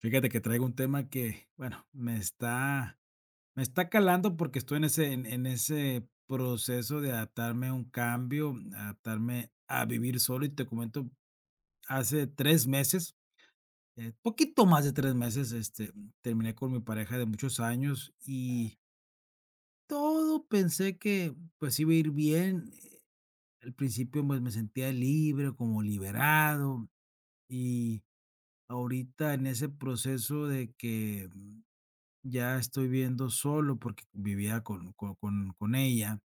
Fíjate que traigo un tema que, bueno, me está calando porque estoy en ese proceso de adaptarme a un cambio, adaptarme a vivir solo. Y te comento, hace 3 meses, poquito más de 3 meses, terminé con mi pareja de muchos años Mm, y todo pensé que pues iba a ir bien. Al principio pues, me sentía libre, como liberado y ahorita en ese proceso de que ya estoy viendo solo porque vivía con ella.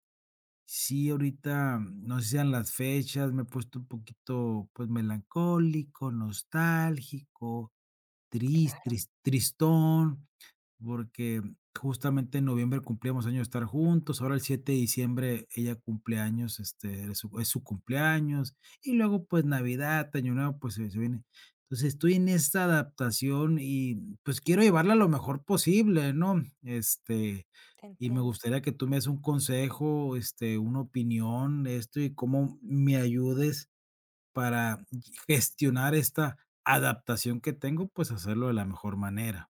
Sí, ahorita, no sé si sean las fechas, me he puesto un poquito, pues, melancólico, nostálgico, tris claro, tris tristón porque justamente en noviembre cumplíamos años de estar juntos, ahora el 7 de diciembre ella cumple años, es su cumpleaños, y luego pues Navidad, Año Nuevo, pues se viene. Entonces estoy en esta adaptación y pues quiero llevarla lo mejor posible, ¿no? Te Y me entiendo. gustaría que tú me des un consejo, una opinión de esto y cómo me ayudes para gestionar esta adaptación que tengo, pues hacerlo de la mejor manera.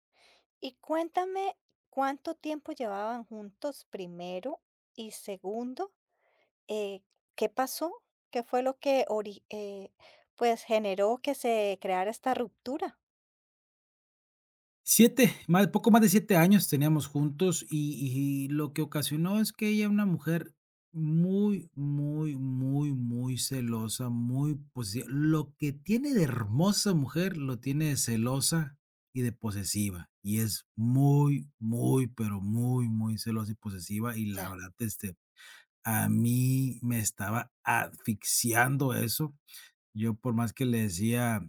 Y cuéntame cuánto tiempo llevaban juntos primero y segundo, eh, ¿qué pasó? ¿Qué fue lo que pues generó que se creara esta ruptura? Poco más de 7 años teníamos juntos y, lo que ocasionó es que ella, era una mujer muy, muy, muy, muy celosa, muy posesiva. Lo que tiene de hermosa mujer lo tiene de celosa y de posesiva. Y es muy, muy, pero muy, muy celosa y posesiva. Y la Ya, verdad, a mí me estaba asfixiando eso, yo por más que le decía,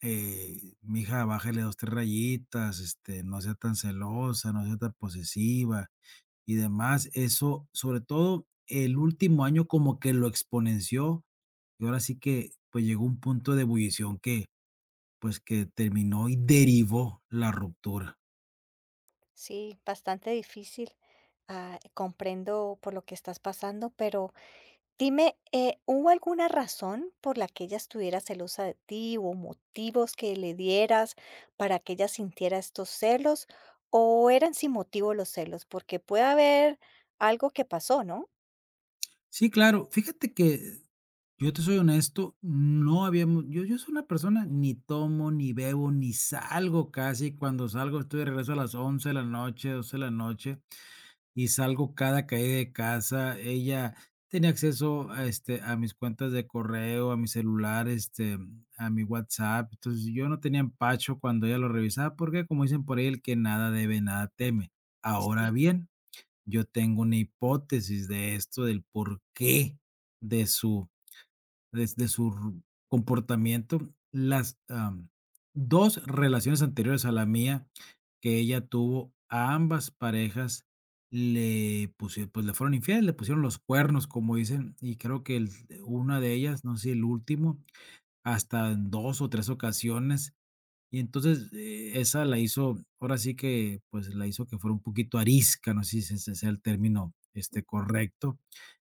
mija, bájale 2 3 rayitas, no sea tan celosa, no sea tan posesiva y demás, eso, sobre todo el último año como que lo exponenció, y ahora sí que, pues, llegó un punto de ebullición que, pues, que terminó y derivó la ruptura. sí, bastante difícil. Ah, comprendo por lo que estás pasando, pero dime, ¿hubo alguna razón por la que ella estuviera celosa de ti o motivos que le dieras para que ella sintiera estos celos o eran sin motivo los celos? Porque puede haber algo que pasó, ¿no? Sí, claro. Fíjate que, yo te soy honesto, no habíamos yo yo soy una persona, ni tomo, ni bebo, ni salgo casi, cuando salgo estoy de regreso a las 11 de la noche, 12 de la noche, y salgo cada caída de casa. Ella tenía acceso a mis cuentas de correo, a mi celular, a mi WhatsApp. Entonces, yo no tenía empacho cuando ella lo revisaba, porque como dicen por ahí, el que nada debe, nada teme. Ahora Sí, bien, yo tengo una hipótesis de esto, del por qué de su des de su ru comportamiento. Las, am, 2 relaciones anteriores a la mía que ella tuvo, a ambas parejas le pusieron, pues, le fueron infieles, le pusieron los cuernos, como dicen, y creo que el una de ellas, no sé si el último, hasta en 2 o 3 ocasiones. Y entonces, esa la hizo, ahora sí que, pues, la hizo que fuera un poquito arisca, no sé si ese sea el término, correcto.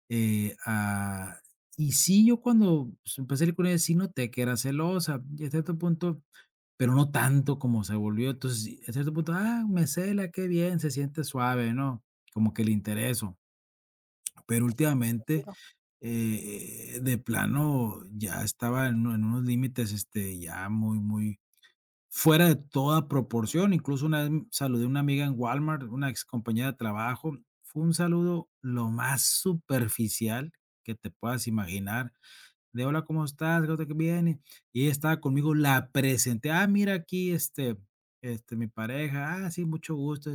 Eh, ah, y sí, yo cuando, pues, empecé a salir con ella, sí noté que era celosa, y a cierto punto, pero no tanto como se volvió. Entonces, sí, a cierto punto, ah, me cela, qué bien, se siente suave, ¿no? Como que le intereso. Pero sí, te últimamente, sigo. De plano, ya estaba en unos límites, ya muy, muy fuera de toda proporción. Incluso una vez saludé a una amiga en Walmart, una ex compañera de trabajo. Fue un saludo lo más superficial que te puedas imaginar, de: "Hola, ¿cómo estás? ¿Qué onda? ¿Qué viene?". Y ella estaba conmigo, la presenté: "Ah, mira, aquí, mi pareja". "Ah, sí, mucho gusto".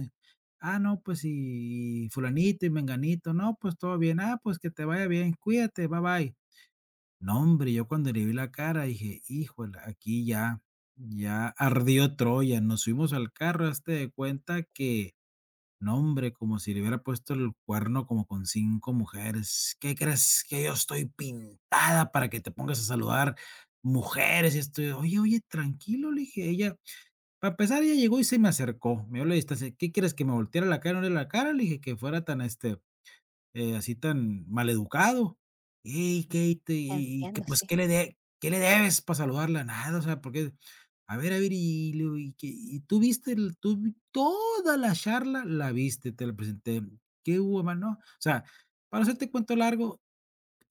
"Ah, no, pues, y fulanito y menganito". "No, pues todo bien". "Ah, pues que te vaya bien, cuídate, bye, bye". No, hombre, yo cuando le vi la cara dije: "Híjole, aquí ya ardió Troya". Nos subimos al carro, hazte de cuenta que, no, hombre, como si le hubiera puesto el cuerno como con 5 mujeres. "¿Qué crees? Que yo estoy pintada para que te pongas a saludar mujeres", y esto. "Oye, oye, tranquilo", le dije, ella, para empezar, ella llegó y se me acercó, me vio la distancia. "¿Qué quieres? ¿Que me volteara la cara, no le la cara?", le dije, "que fuera tan, así tan maleducado. "Ey, ¿qué? Y te y que, Entiendo, pues, ¿qué sí, le de qué le debes para saludarla?". Nada, o sea, porque, a ver, y le digo: "¿Y qué? ¿Y tú viste el tú vi toda la charla, la viste, te la presenté, ¿qué hubo más, no?". O sea, para hacerte cuento largo,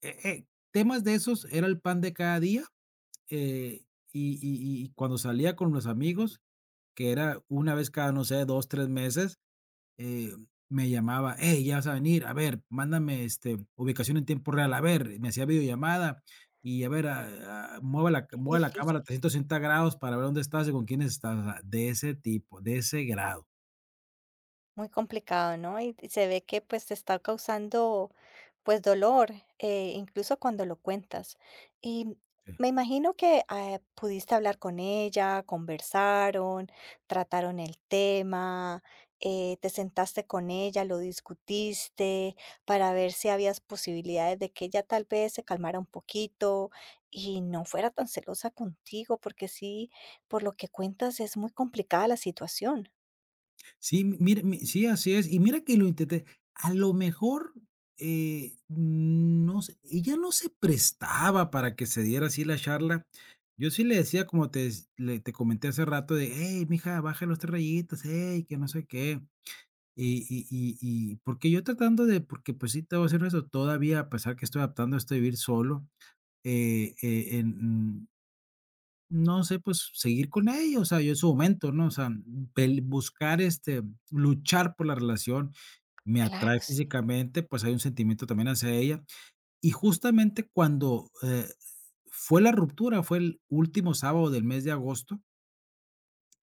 temas de esos era el pan de cada día, eh, y cuando salía con los amigos, que era una vez cada, no sé, 2 3 meses, eh, me llamaba, hey, ya vas a venir, a ver, mándame ubicación en tiempo real. A ver, me hacía videollamada, y a ver, mueva, la, qué mueva la difícil. cámara 360 grados para ver dónde estás y con quién estás, o sea, de ese tipo, de ese grado. Muy complicado, ¿no? Y se ve que, pues, te está causando, pues, dolor, incluso cuando lo cuentas. Y Sí, me imagino que, ah, pudiste hablar con ella, conversaron, trataron el tema, te sentaste con ella, lo discutiste para ver si habías posibilidades de que ella tal vez se calmara un poquito y no fuera tan celosa contigo, porque sí, por lo que cuentas es muy complicada la situación. Sí, mira, sí, así es. Y mira que lo intenté. A lo mejor, no sé, ella no se prestaba para que se diera así la charla. Yo sí le decía, como te, des- le- te comenté hace rato, hey, mija, baja los tres rayitas, hey, que no sé qué. Y y y y porque yo tratando de porque, pues sí, te voy a decir eso todavía, a pesar que estoy adaptando a esto de vivir solo, eh eh, en, mm, no sé, pues, seguir con ella, o sea, yo en su momento, ¿no? O sea, pel buscar, luchar por la relación, me Claro, atrae sí. físicamente, pues, hay un sentimiento también hacia ella. Y justamente cuando, fue la ruptura, fue el último sábado del mes de agosto,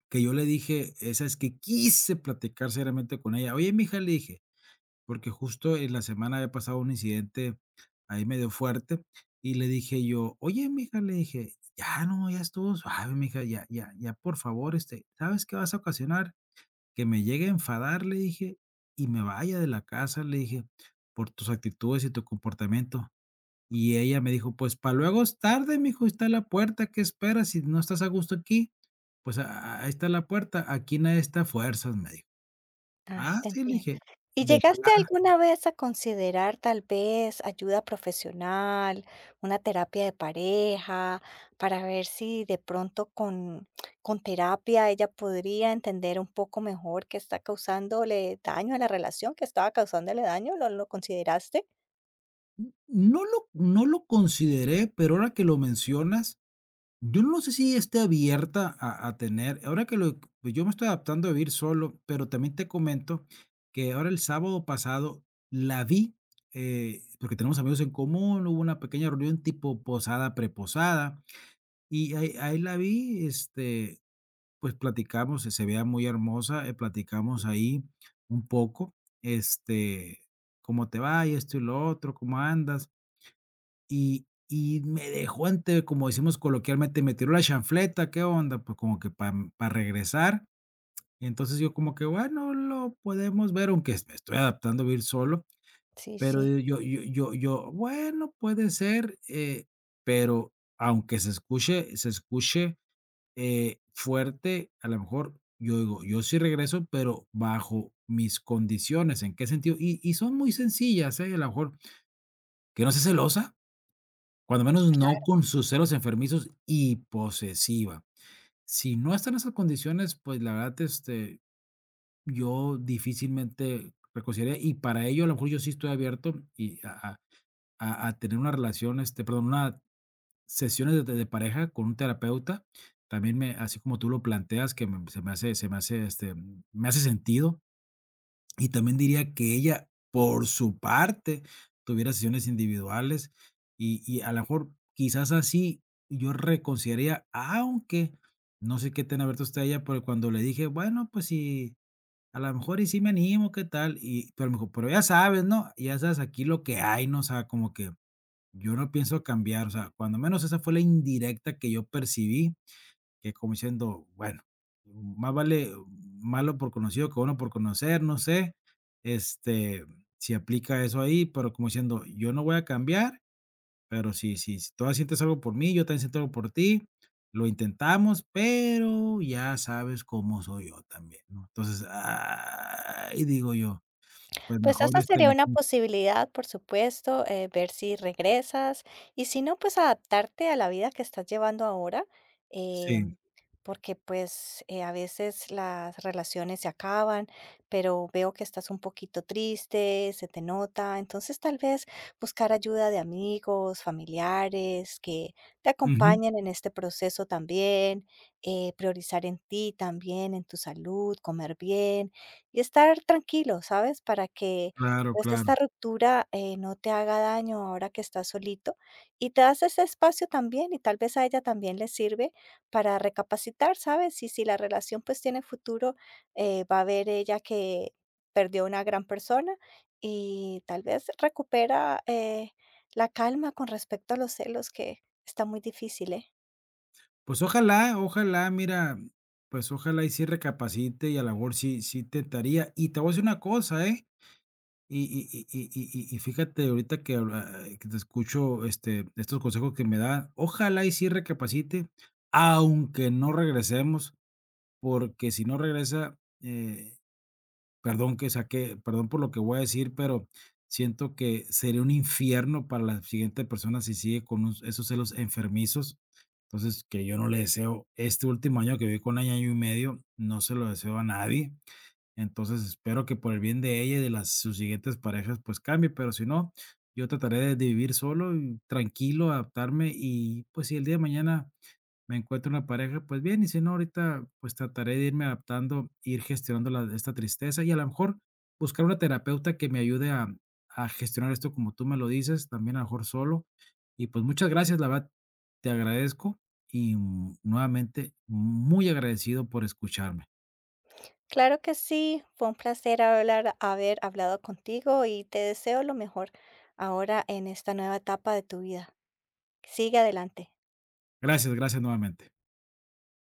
que yo le dije. Esa es que Quise platicar seriamente con ella. Oye, mija, le dije, porque justo en la semana había pasado un incidente ahí medio fuerte, y le dije yo: "Oye, mija", le dije, "ya no, ya estuvo suave, mija, ya ya ya, por favor, ¿sabes qué vas a ocasionar? Que me llegue a enfadar", le dije, "y me vaya de la casa", le dije, "por tus actitudes y tu comportamiento". Y ella me dijo: "Pues para luego es tarde, mijo, ahí está la puerta, ¿qué esperas? Si no estás a gusto aquí, pues a ahí está la puerta, aquí nadie está a fuerzas", me dijo. Ay, "Ah, te sí", le entiendo. dije. ¿Y de llegaste alguna vez a considerar tal vez ayuda profesional, una terapia de pareja, para ver si de pronto con terapia ella podría entender un poco mejor qué está causándole daño a la relación, que estaba causándole daño? Lo consideraste? No lo no lo consideré, pero ahora que lo mencionas, yo no sé si esté abierta a tener. Ahora que lo pues, Yo me estoy adaptando a vivir solo, pero también te comento que ahora el sábado pasado la vi, porque tenemos amigos en común, hubo una pequeña reunión tipo posada, preposada, y ahí la vi, pues, platicamos, se veía muy hermosa, platicamos ahí un poco, este, ¿cómo te va? Y esto y lo otro, ¿cómo andas? Y me dejó como decimos coloquialmente, me tiró la chanfleta, ¿qué onda? Pues como que para regresar. Entonces yo como que, bueno, lo podemos ver, aunque me estoy adaptando a vivir solo, Sí, pero sí. yo, bueno, puede ser, pero aunque se escuche, fuerte, a lo mejor yo digo, yo sí regreso, pero bajo mis condiciones, ¿en qué sentido? Y son muy sencillas, ¿eh? A lo mejor, que no sea celosa. Cuando menos no con sus celos enfermizos y posesiva. Si no están esas condiciones, pues, la verdad, yo difícilmente reconciliaría, y para ello, a lo mejor, yo sí estoy abierto y a tener una relación, perdón, una sesiones de pareja con un terapeuta. También me así como tú lo planteas, que me se me hace, me hace sentido, y también diría que ella, por su parte, tuviera sesiones individuales, y a lo mejor, quizás así, yo reconsideraría, aunque no sé qué tan abierto está ella, pero cuando le dije: "Bueno, pues sí, a lo mejor y sí me animo, ¿qué tal?". Pero me dijo: "Pero ya sabes, ¿no? Ya sabes aquí lo que hay, ¿no?". O sea, como que yo no pienso cambiar, o sea, cuando menos esa fue la indirecta que yo percibí, que como diciendo, bueno, más vale malo por conocido que bueno por conocer, no sé, este, si aplica eso ahí, pero como diciendo, yo no voy a cambiar, pero si tú sientes algo por mí, yo también siento algo por ti, lo intentamos, pero ya sabes cómo soy yo también, ¿no? Entonces, ay, digo yo, pues Pues mejor esa sería me... una posibilidad, por supuesto, ver si regresas y si no, pues adaptarte a la vida que estás llevando ahora, Sí, em, porque pues a veces las relaciones se acaban, pero veo que estás un poquito triste, se te nota, entonces tal vez buscar ayuda de amigos, familiares que te ujú, acompañen en este proceso también, priorizar en ti también, en tu salud, comer bien y estar tranquilo, ¿sabes? Para que, claro, pues, esta claro. ruptura, no te haga daño ahora que estás solito y te das ese espacio también y tal vez a ella también le sirve para recapacitar, ¿sabes? Y si la relación, pues, tiene futuro, va a ver ella que perdió una gran persona y tal vez recupera, la calma con respecto a los celos, que está muy difícil, ¿eh? Pues ojalá, ojalá, mira, pues ojalá y sí recapacite y a la mejor sí, sí tentaría. Y te voy a decir una cosa, ¿eh? Y fíjate ahorita que, que te escucho estos consejos que me da, ojalá y sí recapacite, aunque no regresemos, porque si no regresa, perdón por lo que voy a decir, pero siento que sería un infierno para la siguiente persona si sigue con un esos celos enfermizos. Entonces, que yo no le deseo este último año que viví con ella, año y medio, no se lo deseo a nadie. Entonces, espero que por el bien de ella y de las sus siguientes parejas, pues cambie, pero si no, yo trataré de vivir solo y tranquilo, adaptarme y, pues, si el día de mañana me encuentro una pareja, pues bien, y si no, ahorita pues trataré de irme adaptando, ir gestionando esta tristeza y a lo mejor buscar una terapeuta que me ayude a, gestionar esto como tú me lo dices, también a lo mejor solo. Y pues muchas gracias, la verdad, te agradezco y nuevamente muy agradecido por escucharme. Claro que sí, fue un placer hablar, haber hablado contigo y te deseo lo mejor ahora en esta nueva etapa de tu vida. Sigue adelante. Gracias, gracias nuevamente.